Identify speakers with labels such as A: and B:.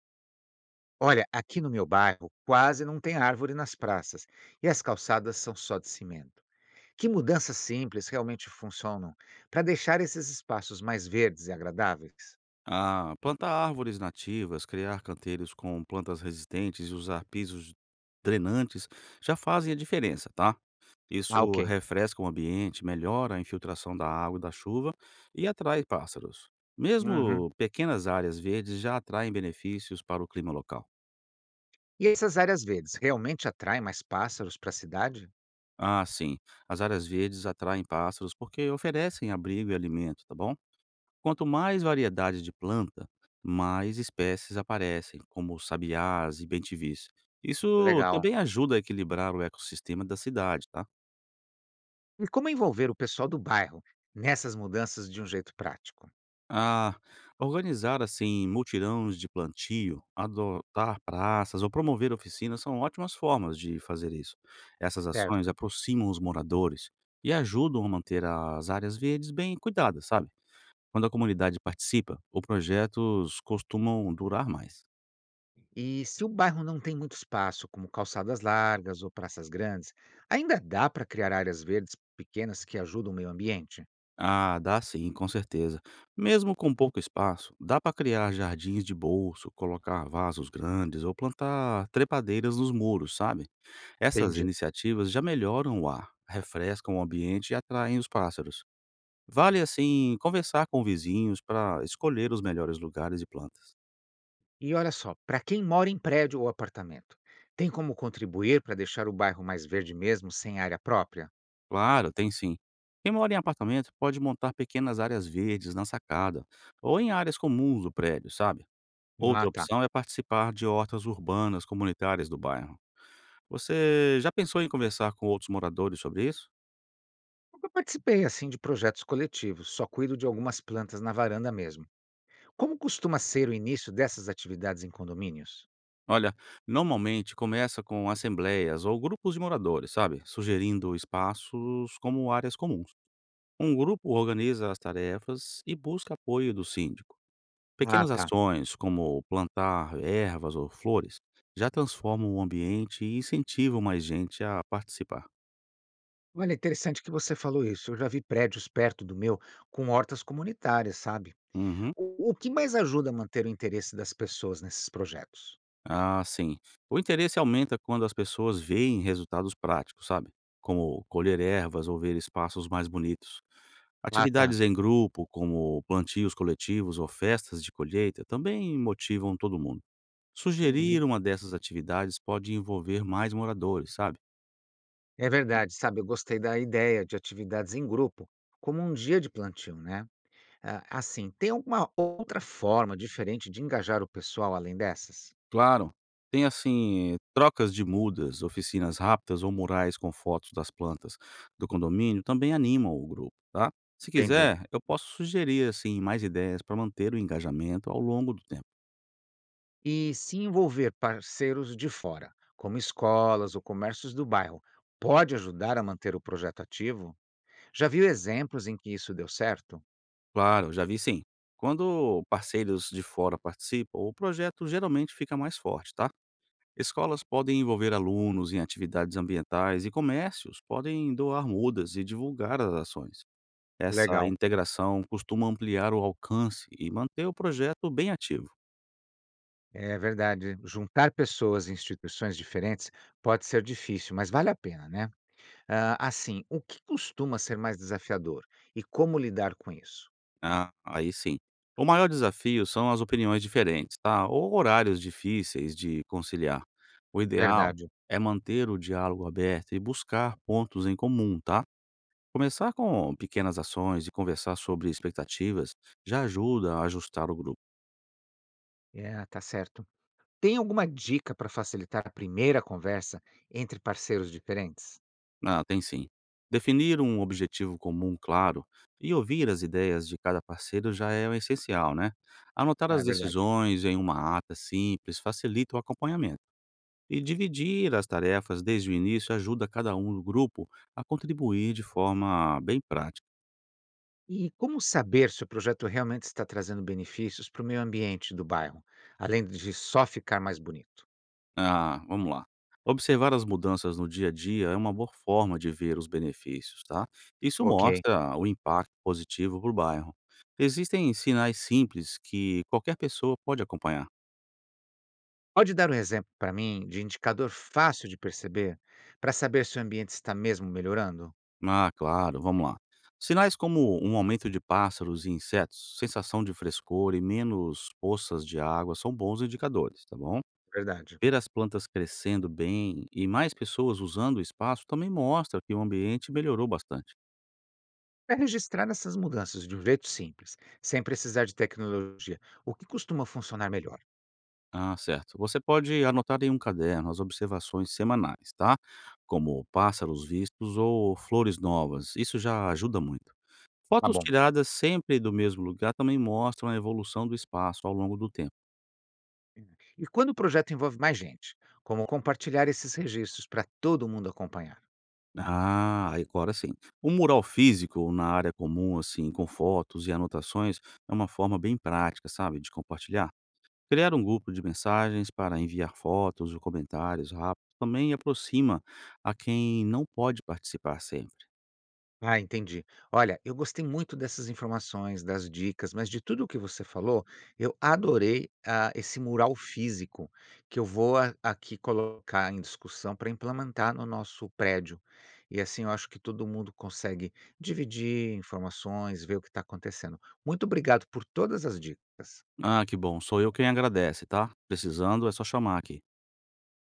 A: Olha, aqui no meu bairro quase não tem árvore nas praças e as calçadas são só de cimento. Que mudanças simples realmente funcionam para deixar esses espaços mais verdes e agradáveis?
B: Ah, plantar árvores nativas, criar canteiros com plantas resistentes e usar pisos drenantes já fazem a diferença, tá?
A: Ah,
B: Isso
A: ok.
B: refresca o ambiente, melhora a infiltração da água e da chuva e atrai pássaros.
A: Uhum.
B: Mesmo pequenas áreas verdes já atraem benefícios para o clima local.
A: E essas áreas verdes realmente atraem mais pássaros para a cidade?
B: Ah, sim, as áreas verdes atraem pássaros porque oferecem abrigo e alimento, tá bom? Quanto mais variedade de planta, mais espécies aparecem, como sabiás e bentivis. Isso
A: Legal.
B: também ajuda a equilibrar o ecossistema da cidade, tá?
A: E como envolver o pessoal do bairro nessas mudanças de um jeito prático?
B: A organizar assim mutirões de plantio, adotar praças ou promover oficinas são ótimas formas de fazer isso. Essas ações
A: Certo.
B: aproximam os moradores e ajudam a manter as áreas verdes bem cuidadas, sabe? Quando a comunidade participa, os projetos costumam durar mais.
A: E se o bairro não tem muito espaço, como calçadas largas ou praças grandes, ainda dá para criar áreas verdes pequenas que ajudam o meio ambiente?
B: Ah, dá sim, com certeza. Mesmo com pouco espaço, dá para criar jardins de bolso, colocar vasos grandes ou plantar trepadeiras nos muros, sabe? Essas
A: Entendi.
B: iniciativas já melhoram o ar, refrescam o ambiente e atraem os pássaros. Vale, assim, conversar com vizinhos para escolher os melhores lugares e plantas.
A: E olha só, para quem mora em prédio ou apartamento, tem como contribuir para deixar o bairro mais verde mesmo sem área própria?
B: Claro, tem sim. Quem mora em apartamento pode montar pequenas áreas verdes na sacada ou em áreas comuns do prédio, sabe?
A: Ah,
B: Outra
A: tá.
B: opção é participar de hortas urbanas comunitárias do bairro. Você já pensou em conversar com outros moradores sobre isso?
A: Nunca participei assim de projetos coletivos, só cuido de algumas plantas na varanda mesmo. Como costuma ser o início dessas atividades em condomínios?
B: Olha, normalmente começa com assembleias ou grupos de moradores, sabe? Sugerindo espaços como áreas comuns. Um grupo organiza as tarefas e busca apoio do síndico.
A: Ah,
B: Pequenas
A: tá.
B: ações, como plantar ervas ou flores, já transformam o ambiente e incentivam mais gente a participar.
A: Olha, interessante que você falou isso. Eu já vi prédios perto do meu com hortas comunitárias, sabe?
B: Uhum.
A: O que mais ajuda a manter o interesse das pessoas nesses projetos?
B: Ah, sim. O interesse aumenta quando as pessoas veem resultados práticos, sabe? Como colher ervas ou ver espaços mais bonitos.
A: Ah, tá.
B: Atividades em grupo, como plantios coletivos ou festas de colheita, também motivam todo mundo.
A: Uhum.
B: Sugerir uma dessas atividades pode envolver mais moradores, sabe?
A: É verdade, sabe? Eu gostei da ideia de atividades em grupo, como um dia de plantio, né? Assim, tem alguma outra forma diferente de engajar o pessoal além dessas?
B: Claro. Tem, assim, trocas de mudas, oficinas rápidas ou murais com fotos das plantas do condomínio também animam o grupo, tá? Se
A: Entendi.
B: quiser, eu posso sugerir, assim, mais ideias para manter o engajamento ao longo do tempo.
A: E se envolver parceiros de fora, como escolas ou comércios do bairro, pode ajudar a manter o projeto ativo? Já viu exemplos em que isso deu certo?
B: Claro, já vi sim. Quando parceiros de fora participam, o projeto geralmente fica mais forte, tá? Escolas podem envolver alunos em atividades ambientais e comércios podem doar mudas e divulgar as ações. Essa
A: Legal.
B: integração costuma ampliar o alcance e manter o projeto bem ativo.
A: É verdade. Juntar pessoas e instituições diferentes pode ser difícil, mas vale a pena, né? Ah, assim, o que costuma ser mais desafiador e como lidar com isso?
B: Ah, aí sim. O maior desafio são as opiniões diferentes, tá? Ou horários difíceis de conciliar. O ideal
A: Verdade.
B: é manter o diálogo aberto e buscar pontos em comum, tá? Começar com pequenas ações e conversar sobre expectativas já ajuda a ajustar o grupo.
A: É, tá certo. Tem alguma dica para facilitar a primeira conversa entre parceiros diferentes?
B: Ah, tem sim. Definir um objetivo comum claro e ouvir as ideias de cada parceiro já é o essencial, né? Anotar
A: Ah, é
B: as
A: verdade.
B: decisões em uma ata simples facilita o acompanhamento. E dividir as tarefas desde o início ajuda cada um do grupo a contribuir de forma bem prática.
A: E como saber se o projeto realmente está trazendo benefícios para o meio ambiente do bairro, além de só ficar mais bonito?
B: Ah, vamos lá. Observar as mudanças no dia a dia é uma boa forma de ver os benefícios, tá? Isso
A: Ok.
B: mostra o impacto positivo para o bairro. Existem sinais simples que qualquer pessoa pode acompanhar.
A: Pode dar um exemplo para mim de indicador fácil de perceber para saber se o ambiente está mesmo melhorando?
B: Ah, claro, vamos lá. Sinais como um aumento de pássaros e insetos, sensação de frescor e menos poças de água são bons indicadores, tá bom?
A: Verdade.
B: Ver as plantas crescendo bem e mais pessoas usando o espaço também mostra que o ambiente melhorou bastante.
A: Para registrar essas mudanças de um jeito simples, sem precisar de tecnologia, o que costuma funcionar melhor?
B: Ah, certo. Você pode anotar em um caderno as observações semanais, tá? Como pássaros vistos ou flores novas. Isso já ajuda muito.
A: Tá
B: Fotos
A: bom.
B: tiradas sempre do mesmo lugar também mostram a evolução do espaço ao longo do tempo.
A: E quando o projeto envolve mais gente, como compartilhar esses registros para todo mundo acompanhar?
B: Ah, agora sim. Um mural físico na área comum, assim, com fotos e anotações, é uma forma bem prática, sabe, de compartilhar. Criar um grupo de mensagens para enviar fotos ou comentários rápidos também aproxima a quem não pode participar sempre.
A: Ah, entendi. Olha, eu gostei muito dessas informações, das dicas, mas de tudo o que você falou, eu adorei esse mural físico que eu vou aqui colocar em discussão para implementar no nosso prédio. E assim eu acho que todo mundo consegue dividir informações, ver o que está acontecendo. Muito obrigado por todas as dicas.
B: Ah, que bom. Sou eu quem agradece, tá? Precisando é só chamar aqui.